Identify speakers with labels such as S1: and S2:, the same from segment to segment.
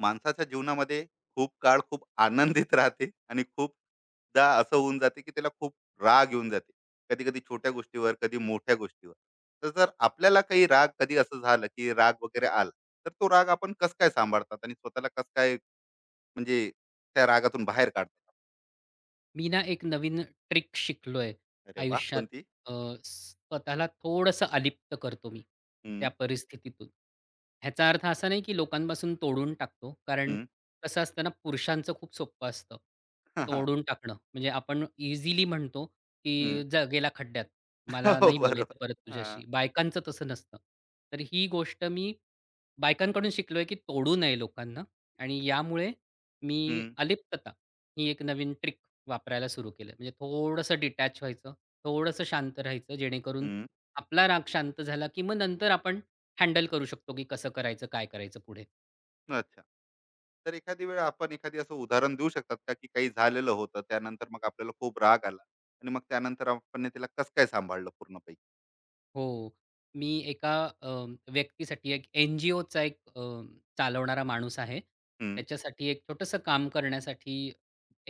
S1: माणसाच्या जीवनामध्ये खूप काळ खूप आनंदित राहते आणि खूपदा असं होऊन जाते की त्याला खूप राग येऊन जाते, कधी कधी छोट्या गोष्टीवर, कधी मोठ्या गोष्टीवर. तर जर आपल्याला काही राग, कधी असं झालं की राग वगैरे आला, तर तो राग आपण कस काय सांभाळतात आणि स्वतःला कस काय, म्हणजे त्या रागातून बाहेर काढतात?
S2: मी ना एक नवीन ट्रिक शिकलोय
S1: अरे वा,
S2: आयुष्यात.
S1: कोणती?
S2: अ, स्वतःला थोडंसं अलिप्त करतो मी त्या
S1: हम्म.
S2: परिस्थितीतून. ह्याचा अर्थ असा नाही की लोकांपासून तोडून टाकतो. कारण
S1: हम्म.
S2: कसं असतं ना, पुरुषांचं खूप सोपं असतं तोडून टाकणं. म्हणजे आपण इझिली म्हणतो
S1: हम्म.
S2: की, "जा गेला खड्ड्यात. मला
S1: हो,
S2: नाही
S1: बरोबर.
S2: बोलायचं परत
S1: हा.
S2: तुझ्याशी." बायकांचं तसं नसतं. तर ही गोष्ट मी बायकांकडून शिकलोय, की तोडू नये लोकांना आणि यामुळे मी अलिप्तता ही एक नवीन ट्रिक वापरायला सुरू केलं. म्हणजे थोडंसं डिटॅच व्हायचं, थोडंसं शांत राहायचं, जेणेकरून
S1: हम्म.
S2: आपला राग शांत झाला, की मग नंतर आपण हँडल करू शकतो, की कसं करायचं, काय करायचं पुढे.
S1: अच्छा. तर एखादी वेळ, आपण एखादी असं उदाहरण देऊ शकतात का, की काही झालेलं होतं त्यानंतर मग आपल्याला खूप राग आला आणि मग त्यानंतर आपण ने त्याला कसं काय सांभाळलं पूर्णपैकी?
S2: हो. मी एका अ, व्यक्तीसाठी एक एन-जी-ओचा एक चालवणारा माणूस आहे.
S1: हं.
S2: त्याच्यासाठी एक छोटंसं काम करण्यासाठी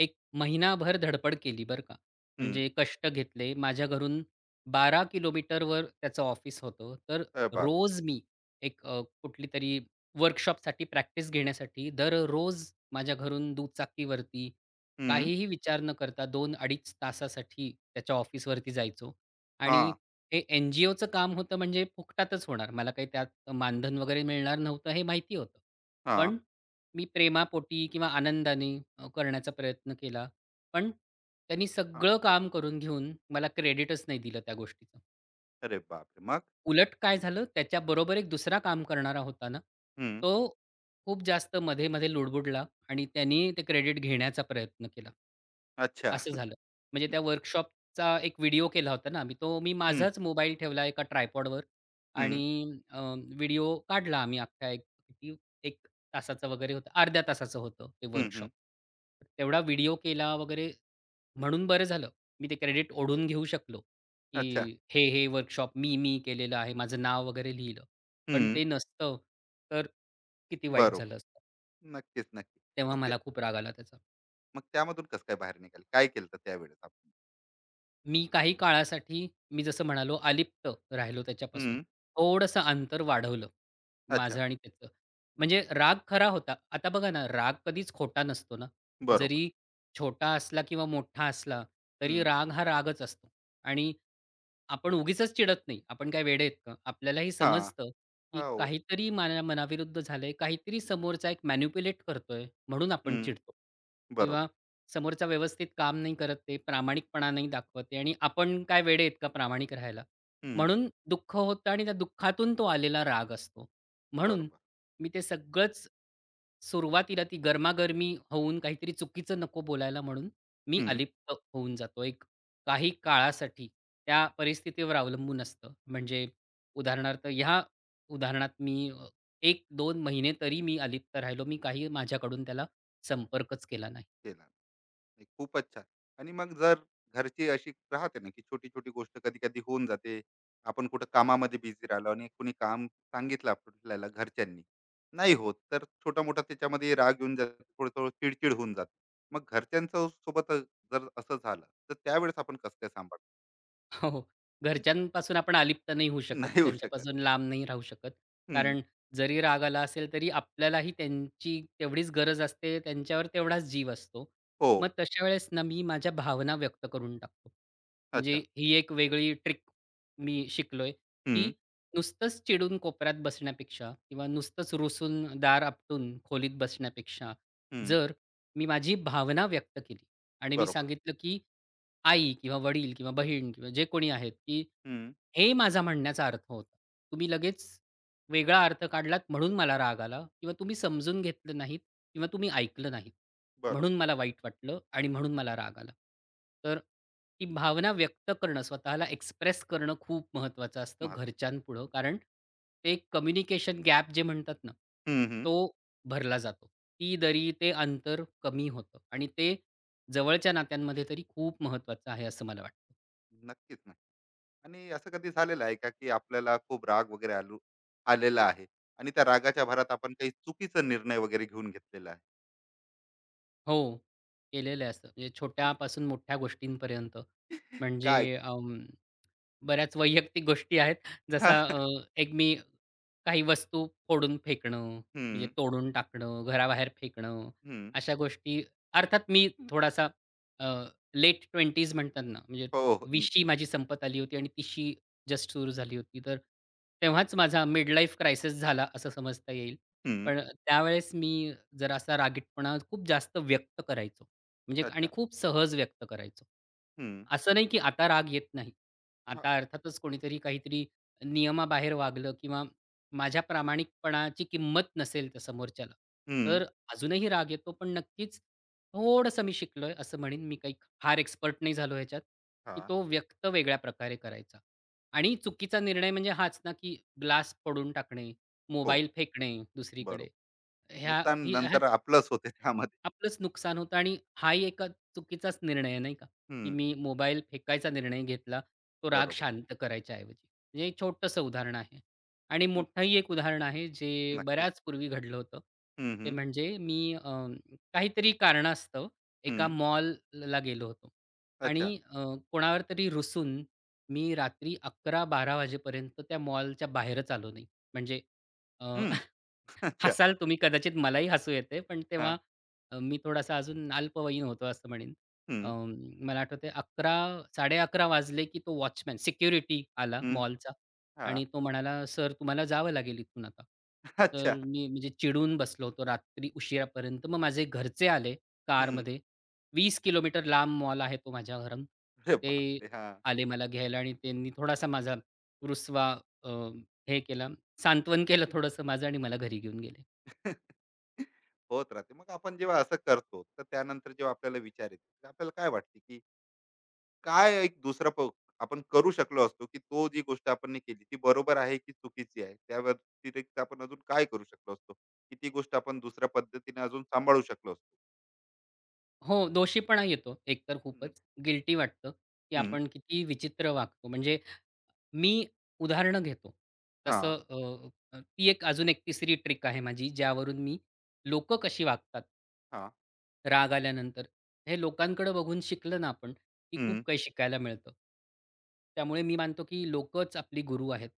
S2: एक महिनाभर धडपड केली बरं का.
S1: हं.
S2: म्हणजे कष्ट घेतले. माझ्या घरून 12 किलोमीटरवर त्याचं ऑफिस होतं. तर
S1: अरे बापरे!
S2: रोज मी एक कुठली तरी वर्कशॉपसाठी प्रॅक्टिस घेण्यासाठी दररोज माझ्या घरून दुचाकीवरती
S1: हं.
S2: काहीही विचार न करता 2-2.5 तासासाठी त्याच्या ऑफिसवरती जायचो. आणि
S1: हां.
S2: हे एन-जी-ओचं काम होतं, म्हणजे फुकटातच होणार. मला काही त्यात मानधन वगैरे मिळणार नव्हतं हे माहिती होतं.
S1: हां.
S2: पण मी प्रेमापोटी किंवा आनंदाने करण्याचा प्रयत्न केला. पण त्यांनी
S1: हां.
S2: सगळं काम करून घेऊन मला क्रेडिटच नाही दिलं त्या गोष्टीचं.
S1: अरे बापरे, मग?
S2: उलट काय झालं, त्याच्याबरोबर एक दुसरा काम करणारा होता ना,
S1: हं.
S2: तो खूप जास्त मध्ये-मध्ये लुडबुडला आणि त्यानी ते क्रेडिट घेण्याचा प्रयत्न केला.
S1: अच्छा.
S2: असं झालं. म्हणजे त्या वर्कशॉपचा एक व्हिडिओ केला होता ना आम्ही. तो मी
S1: हं,
S2: माझाच मोबाईल ठेवला एका ट्रायपॉडवर
S1: हं, हं.
S2: आणि व्हिडिओ काढला आम्ही अख्खा एक किती 1 तासाचा वगैरे होता. अर्ध्या तासाचं होतं ते
S1: हं, हं.
S2: वर्कशॉप. तेवढा व्हिडिओ केला वगैरे म्हणून बरं झालं. मी ते क्रेडिट ओढून घेऊ शकलो,
S1: अच्छा.
S2: की हे वर्कशॉप मी केलेलं आहे. माझं नाव वगैरे लिहिलं. पण
S1: हं.
S2: ते नसतं तर किती वाईट
S1: बरोबर.
S2: झालं असतं.
S1: नक्कीच, नक्की.
S2: तेव्हा
S1: मग ते
S2: मला खूप राग आला त्याचा.
S1: मग त्यामधून कसं काय बाहेर निघाले? काय केलं होतं त्यावेळेस आपण?
S2: मी काही काळासाठी जसं म्हणालो अलिप्त राहिलो त्याच्यापासून.
S1: हं.
S2: थोडंसं अंतर वाढवलं,
S1: अच्छा.
S2: माझं आणि त्याचं.
S1: हं.
S2: म्हणजे राग खरा होता. आता बघा ना, राग कधीच खोटा नसतो ना.
S1: बरोबर.
S2: जरी छोटा असला किंवा मोठा असला, तरी
S1: हं.
S2: राग हा रागच असतो. आणि आपण उगीचच चिडत नाही. आपण काय वेडे आहेत का? आपल्यालाही
S1: हां.
S2: समजतं, की
S1: हो.
S2: काहीतरी माझ्या मनाविरुद्ध झालंय, काहीतरी समोरचा एक मॅनिप्युलेट करतोय म्हणून आपण
S1: हं.
S2: चिडतो किंवा
S1: बरोबर.
S2: समोरचा व्यवस्थित काम नाही करत आहे, प्रामाणिकपणा नाही दाखवते, आहे आणि आपण काय वेडे आहेत का प्रामाणिक राहायला?
S1: हं.
S2: म्हणून दुःख होतं आणि त्या दुःखातून तो आलेला राग असतो. म्हणून
S1: बरोबर.
S2: मी ते सगळंच सुरुवातीला ती गरमागरमी होऊन काहीतरी चुकीचं नको बोलायला म्हणून मी
S1: हं,
S2: अलिप्त होऊन जातो. एक काही काळासाठी त्या परिस्थितीवर अवलंबून असतं. म्हणजे उदाहरणार्थ ह्या उदाहरणात मी 1-2 महिने तरी मी अलिप्त राहिलो. मी काही माझ्याकडून त्याला संपर्कच केला नाही.
S1: केला. नाही, खूपच छान. आणि मग, जर घरची अशी राहते ना, की छोटी-छोटी गोष्ट कधी-कधी होऊन जाते. आपण कुठं कामामध्ये बिझी राहिलो आणि कोणी काम सांगितलं आपल्याला घरच्यांनी, नाही होत, तर छोटा-मोठा त्याच्यामध्ये राग येऊन जातो, थोडं-थोडं चिडचिड होऊन जाते. मग घरच्यांच्या सोबत जर असं झालं, तर त्यावेळेस आपण कसं काय सांभाळतो?
S2: हो. हो. घरच्यांपासून आपण अलिप्त नाही होऊ शकत.
S1: नाही होऊ शकत.
S2: त्यांच्यापासून लांब नाही राहू शकत.
S1: हं.
S2: कारण जरी राग आला असेल, तरी आपल्यालाही त्यांची तेवढीच गरज असते. त्यांच्यावर तेवढाच जीव असतो.
S1: हो.
S2: मग तशा वेळेस ना, मी माझ्या भावना व्यक्त करून टाकतो. म्हणजे
S1: अच्छा.
S2: ही एक वेगळी ट्रिक मी शिकलोय,
S1: हं,
S2: की नुसतंच चिडून कोपऱ्यात बसण्यापेक्षा किंवा नुसतंच रुसून दार आपटून खोलीत बसण्यापेक्षा,
S1: हं.
S2: जर मी माझी भावना व्यक्त केली आणि मी
S1: बरोबर.
S2: सांगितलं, की आई किंवा वडील किंवा बहीण किंवा जे कोणी आहेत, की
S1: हं,
S2: हे माझा म्हणण्याचा अर्थ होता. तुम्ही लगेच वेगळा अर्थ काढलात म्हणून मला राग आला किंवा तुम्ही समजून घेतलं नाहीत किंवा तुम्ही ऐकलं नाहीत.
S1: बरोबर.
S2: म्हणून मला वाईट वाटलं आणि म्हणून मला राग आला. तर ती भावना व्यक्त करणं, स्वतःला एक्सप्रेस करणं खूप महत्त्वाचं असतं
S1: महत्व.
S2: घरच्यांपुढं. कारण ते कम्युनिकेशन गॅप जे म्हणतात ना, तो भरला जातो. ती दरी, ते अंतर कमी होतं आणि ते जवळच्या नात्यांमध्ये तरी खूप महत्त्वाचं आहे असं मला वाटतं.
S1: नक्कीच. आणि असं कधी झालेलं आहे का, की आपल्याला खूप राग वगैरे आलेला आहे आणि त्या रागाच्या भरात आपण काही चुकीचा निर्णय वगैरे घेऊन घेतलेला आहे?
S2: हो, केलेलं आहे असं. म्हणजे छोट्यापासून मोठ्या गोष्टींपर्यंत. म्हणजे
S1: काय?
S2: बऱ्याच वैयक्तिक गोष्टी आहेत. जसा एक मी काही वस्तू फोडून फेकणं, म्हणजे
S1: हम्म.
S2: तोडून टाकणं, घराबाहेर फेकणं,
S1: हम्म.
S2: अशा गोष्टी. अर्थात मी थोडासा लेट 20s म्हणतात ना, म्हणजे
S1: हो, हो. हम्म.
S2: 20शी माझी संपत आली होती आणि 30शी जस्ट सुरू झाली होती. तर तेव्हाच माझा मिड लाईफ क्रायसिस झाला असं समजता येईल.
S1: हम्म,
S2: पण त्यावेळेस मी जरा असा रागीटपणा खूप जास्त व्यक्त करायचो. म्हणजे आणि
S1: अच्छा.
S2: खूप सहज व्यक्त करायचो.
S1: हम्म.
S2: असं नाही की आता राग येत नाही.
S1: हा.
S2: आता अर्थातच कोणीतरी काहीतरी नियमाबाहेर वागलं किंवा माझ्या प्रामाणिकपणाची किंमत नसेल तर समोरच्याला,
S1: हम्म.
S2: तर अजूनही राग येतो. पण नक्कीच थोडंसं मी शिकलोय असं म्हणेन. मी काही फार एक्सपर्ट नाही झालो ह्याच्यात,
S1: हा.
S2: की तो व्यक्त वेगळ्या प्रकारे करायचा. आणि चुकीचा निर्णय म्हणजे हाच ना, की ग्लास फोडून टाकणे,
S1: हो,
S2: मोबाईल फेकणे दुसरीकडे
S1: बरोबर.
S2: ह्या
S1: नुकसान
S2: ही ह्या
S1: नंतर आपलंच होते त्यामध्ये.
S2: आपलंच नुकसान होतं आणि हाही एका चुकीचाच निर्णय आहे, नाही का? की
S1: हम्म.
S2: मी मोबाईल फेकायचा निर्णय घेतला, तो राग
S1: बरोबर.
S2: शांत करायच्या ऐवजी. म्हणजे हे छोटंसं उदाहरण आहे. आणि
S1: हम्म,
S2: मोठंही एक उदाहरण आहे, जे
S1: नक्कीच.
S2: बऱ्याच पूर्वी घडलं होतं.
S1: हम्म,
S2: ते
S1: हम्म.
S2: म्हणजे मी काहीतरी कारणास्तव एका
S1: हम्म.
S2: मॉलला गेलो होतो
S1: अच्छा.
S2: आणि कोणावर तरी रुसून मी रात्री 11-12 वाजेपर्यंत त्या मॉलच्या बाहेरच आलो नाही. म्हणजे
S1: हम्म. अच्छा.
S2: हसाल तुम्ही कदाचित, मलाही हसू येते, पण
S1: हा.
S2: तेव्हा मी थोडासा अजून अल्पवयीन होतो असं म्हणेन.
S1: हम्म.
S2: अं, मला आठवतंय साड़े 11:30 वाजले, की तो वॉचमन सिक्युरिटी आला
S1: हम्म.
S2: मॉलचा
S1: हा.
S2: आणि तो म्हणाला, "सर, तुम्हाला जावं लागेल इथून आता." तर
S1: अच्छा.
S2: मी म्हणजे चिडून बसलो होतो रात्री उशिरापर्यंत. मग माझे घरचे आले
S1: हम्म.
S2: कारमध्ये. 20 किलोमीटर लांब मॉल आहे तो माझ्या घरून.
S1: अरे
S2: ते
S1: बापरे, हा.
S2: आले मला घ्यायला आणि त्यांनी थोडासा माझा रुसवा अ, हे केला, सांत्वन केलं थोडंसं माझं आणि मला घरी घेऊन गेले.
S1: होत राहते. मग आपण जेव्हा असं करतो, तर त्यानंतर जेव्हा आपल्याला विचार येते, तर आपल्याला काय वाटते, की काय एक दुसरा प आपण करू शकलो असतो, की तो, जी गोष्ट आपण नाही केली, ती बरोबर आहे की चुकीची आहे? त्या व्यतिरिक्त आपण अजून काय करू शकलो असतो, की ती गोष्ट आपण दुसऱ्या पद्धतीने अजून सांभाळू शकलो असतो?
S2: हो, दोषीपणा येतो एकतर
S1: हं.
S2: खूपच. गिल्टी वाटतं, की
S1: हं.
S2: आपण किती विचित्र वागतो. म्हणजे मी उदाहरणं घेतो.
S1: हां.
S2: तसं अ, ती एक अजून एक तिसरी ट्रिक आहे माझी, ज्यावरून मी लोक कशी वागतात
S1: हां.
S2: राग आल्यानंतर. हे लोकांकडे बघून शिकलं ना आपण, की
S1: हं.
S2: खूप काही शिकायला मिळतं. त्यामुळे मी मानतो, की लोकंच आपली गुरु आहेत,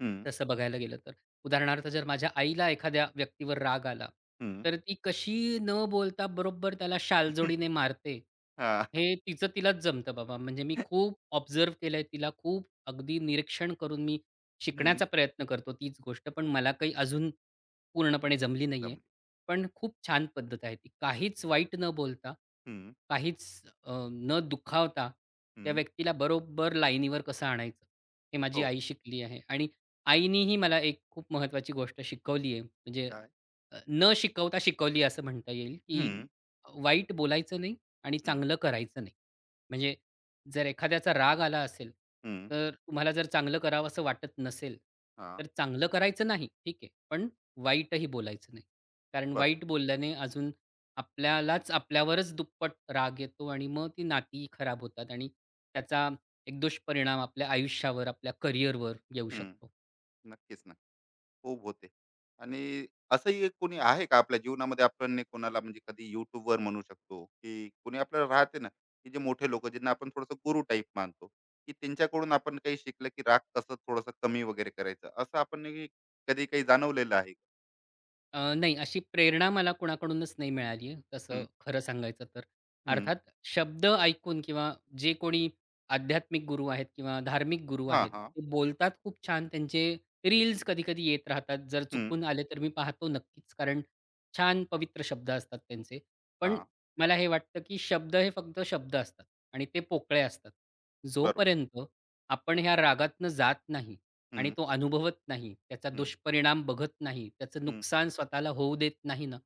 S1: हं.
S2: तसं बघायला गेलं तर. उदाहरणार्थ जर माझ्या आईला एखाद्या व्यक्तीवर राग आला,
S1: हं.
S2: तर ती कशी न बोलता बरोबर त्याला शालजोडीने मारते,
S1: हां.
S2: हे तिचं तिलाच जमतं बाबा. म्हणजे मी खूप ऑब्झर्व्ह केलंय तिला. खूप अगदी निरीक्षण करून मी
S1: हं.
S2: शिकण्याचा प्रयत्न करतो तीच गोष्ट. पण मला काही अजून पूर्णपणे जमली नाहीये.
S1: जमली.
S2: पण खूप छान पद्धत आहे ती. काहीच वाईट न बोलता,
S1: हं.
S2: काहीच न दुखावता त्या
S1: हं.
S2: व्यक्तीला बरोबर लाईनीवर कसं आणायचं, हे माझी
S1: हो.
S2: आई शिकली आहे. आणि आईनीही मला एक खूप महत्त्वाची गोष्ट शिकवली आहे. म्हणजे
S1: काय?
S2: न शिकवता शिकवली असं म्हणता येईल, की
S1: हं.
S2: वाईट बोलायचं नाही आणि
S1: हं.
S2: चांगलं करायचं नाही. म्हणजे जर एखाद्याचा राग आला असेल,
S1: हं.
S2: तर तुम्हाला जर चांगलं करावसं वाटत नसेल,
S1: हां.
S2: तर चांगलं करायचं नाही, ठीक आहे. पण वाईटही बोलायचं नाही. कारण
S1: बरोबर.
S2: वाईट बोलल्याने अजून आपल्यालाच आपल्यावरच दुप्पट राग येतो आणि मग ती नाती खराब होतात आणि त्याचा एक दुष्परिणाम आपल्या आयुष्यावर, आपल्या करिअरवर येऊ
S1: हं.
S2: शकतो.
S1: नक्कीच. खूप होते. आणि असंही एक कोणी आहे का आपल्या जीवनामध्ये, आपण नाही कोणाला, म्हणजे कधी YouTubeवर म्हणू शकतो, की कोणी आपल्याला राहते ना, की जे मोठे लोकं, ज्यांना आपण थोडंसं गुरु टाइप मानतो, की त्यांच्याकडून आपण काही शिकलं, की राग कसं थोडंसं कमी वगैरे करायचं. असं आपण नाही कधी काही जाणवलेलं आहे?
S2: नाही, अशी प्रेरणा मला कोणाकडूनच नाही मिळाली आहे,
S1: हं.
S2: तसं खरं सांगायचं तर.
S1: हं.
S2: अर्थात शब्द ऐकून किंवा जे कोणी आध्यात्मिक गुरु आहेत किंवा धार्मिक गुरु
S1: हां,
S2: आहेत,
S1: हां.
S2: ते बोलतात खूप छान. त्यांचे रील्स कधी-कधी येत राहतात. जर
S1: हं.
S2: चुकून आले तर मी पाहतो नक्कीच, कारण छान पवित्र शब्द असतात त्यांचे. पण
S1: हां.
S2: मला हे वाटतं, की शब्द हे फक्त शब्द असतात आणि ते पोकळे असतात.
S1: बरोबर.
S2: जोपर्यंत आपण ह्या रागातनं जात नाही, आणि
S1: हं,
S2: तो अनुभवत नाही, त्याचा
S1: हं,
S2: दुष्परिणाम बघत नाही, त्याचं
S1: हं.
S2: नुकसान स्वतःला होऊ देत नाही ना,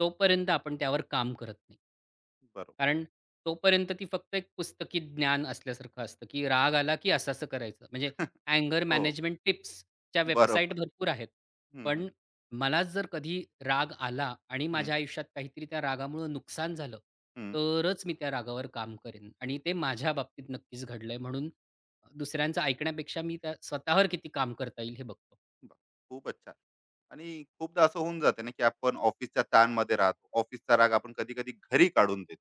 S2: तोपर्यंत आपण त्यावर काम करत नाही.
S1: बरोबर.
S2: कारण तोपर्यंत ती फक्त एक पुस्तकी ज्ञान असल्यासारखं असतं, की राग आला की असं-असं करायचं. म्हणजे अँगर
S1: हो.
S2: मॅनेजमेंट टिप्सच्या वेबसाईट
S1: बरोबर.
S2: भरपूर आहेत.
S1: हं, हं.
S2: पण मलाच जर कधी राग आला आणि
S1: हं.
S2: माझ्या आयुष्यात काहीतरी त्या रागामुळे नुकसान झालं, तरच मी त्या रागावर काम करेन आणि ते माझ्या बाबतीत नक्कीच घडलंय म्हणून दुसऱ्यांचं ऐकण्यापेक्षा मी त्या स्वतःवर किती काम करता येईल हे बघतो.
S1: बा, खूपच छान. आणि खूपदा असं होऊन जाते ना, की आपण ऑफिसच्या ताणमध्ये राहतो, ऑफिसचा राग आपण कधी कधी घरी काढून देतो.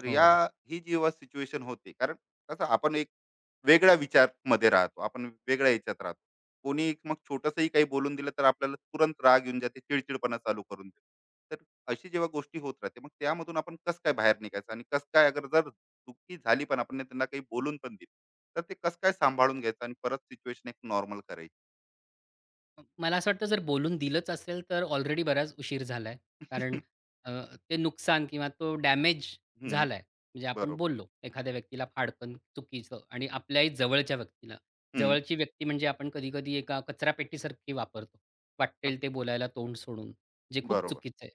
S1: तर
S2: हो.
S1: ही जेव्हा सिच्युएशन होते, कारण कसं आपण एक वेगळ्या विचार मध्ये राहतो, आपण वेगळ्या याच्यात राहतो. कोणी एक मग छोटंसंही काही बोलून दिलं, तर आपल्याला तुरंत राग येऊन जाते, चिडचिडपणा चालू करून देतो. तर अशी जेव्हा गोष्टी होत राहते, मग त्यामधून आपण कसं काय बाहेर निघायचं आणि कसं काय, अगर जर दुःखी झाली पण आपण त्यांना काही बोलून पण दिली, तर ते कसं काय सांभाळून घ्यायचं आणि परत सिच्युएशन एक नॉर्मल करायची?
S2: मला असं वाटतं जर बोलून दिलंच असेल तर ऑलरेडी बराच उशीर झालाय. कारण अ, ते नुकसान किंवा तो डॅमेज झालाय. म्हणजे आपण
S1: बरोबर.
S2: बोललो एखाद्या व्यक्तीला फाडकन, चुकीचं आणि आपल्याही जवळच्या व्यक्तीला.
S1: हं.
S2: जवळची व्यक्ती म्हणजे आपण कधी-कधी एका कचरापेटीसारखी वापरतो.
S1: हां,
S2: वाट्टेल ते बोलायला तोंड सोडून, जे खूप
S1: बरोबर.
S2: चुकीचं आहे.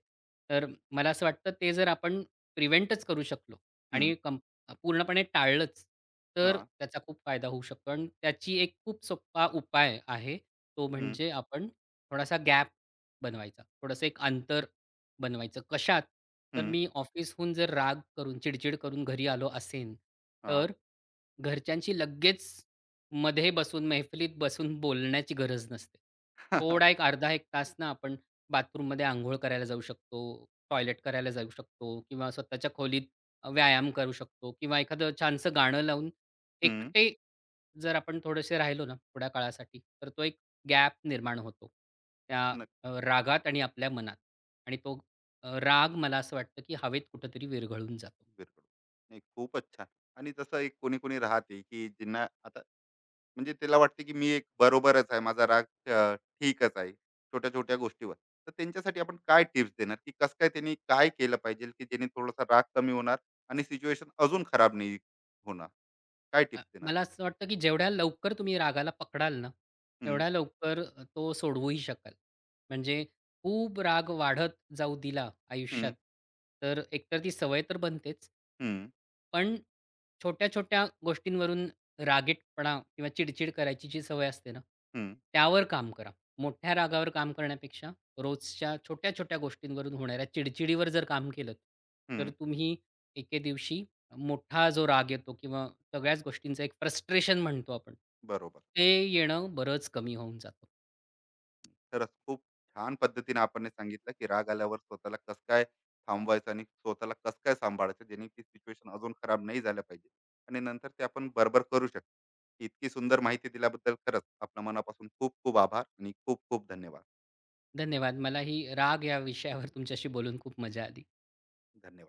S2: तर मला असं वाटतं ते जर आपण प्रिव्हेंटच करू शकलो
S1: हं.
S2: आणि पूर्णपणे टाळलंच, तर
S1: हां.
S2: त्याचा खूप फायदा होऊ शकतो आणि त्याची एक खूप सोपा उपाय आहे. तो
S1: हं.
S2: म्हणजे आपण थोडासा गॅप बनवायचा. थोडंसं एक अंतर बनवायचं. कशात? तर
S1: हं.
S2: मी ऑफिसहून जर राग करून, चिडचिड करून घरी आलो असेन,
S1: हां.
S2: तर घरच्यांशी लगेच मध्ये बसून, मैफिलीत बसून बोलण्याची गरज नसते. थोडा एक अर्धा एक तास ना आपण बाथरूममध्ये अंघोळ करायला जाऊ शकतो, टॉयलेट करायला जाऊ शकतो किंवा स्वतःच्या खोलीत व्यायाम करू शकतो किंवा एखादं छानसं गाणं लावून
S1: हं.
S2: एकटे जर आपण थोडेसे राहिलो ना थोड्या काळासाठी, तर तो एक गॅप निर्माण होतो त्या
S1: नक्कीच.
S2: रागात आणि आपल्या मनात आणि तो राग मला असं वाटतं की हवेत कुठेतरी विरघळून जातो.
S1: बिलकुल. नाही, खूपच छान. आणि जसं एक कोणी-कोणी राहते, की ज्यांना आता, म्हणजे त्याला वाटते, की मी एक बरोबरच आहे. माझा राग अ, ठीकच आहे, छोट्या-छोट्या गोष्टीवर. तर त्यांच्यासाठी आपण काय टिप्स देणार, की कसं काय त्यांनी काय केलं पाहिजे, की जेणे थोडासा राग कमी होणार आणि सिच्युएशन अजून खराब नाही होणार? काय
S2: अ,
S1: टिप्स देणार?
S2: मला असं वाटतं, की जेवढ्या लवकर तुम्ही रागाला पकडाल ना,
S1: हं,
S2: तेवढ्या लवकर तो सोडवूही शकाल. म्हणजे खूप राग वाढत जाऊ दिला
S1: हं,
S2: आयुष्यात, तर एकतर ती सवय तर बनतेच.
S1: हं,
S2: पण छोट्या-छोट्या गोष्टींवरून रागीटपणा किंवा चिडचिड करायची जी सवय असते ना,
S1: हं,
S2: त्यावर काम करा. मोठ्या रागावर काम करण्यापेक्षा रोजच्या छोट्या-छोट्या गोष्टींवरून होणाऱ्या चिडचिडीवर जर काम केलंत, तर
S1: हं.
S2: तुम्ही एके दिवशी मोठा जो राग येतो किंवा सगळ्याच गोष्टींचं एक फ्रस्ट्रेशन म्हणतो आपण,
S1: बरोबर.
S2: ते येणं बरंच कमी होऊन जातं.
S1: खरंच खूप छान पद्धतीने आपण हे सांगितलं, की राग आल्यावर स्वतःला कसं काय थांबवायचं आणि स्वतःला कसं काय सांभाळायचं, जेणे की सिच्युएशन अजून खराब नाही झालं पाहिजे आणि नंतर ते आपण बरोबर करू शकतो. इतकी सुंदर माहिती दिल्याबद्दल खरंच आपल्या मनापासून खूप खूप आभार आणि खूप खूप धन्यवाद.
S2: धन्यवाद. मला ही राग या विषयावर तुमच्याशी बोलून खूप मजा आली.
S1: धन्यवाद.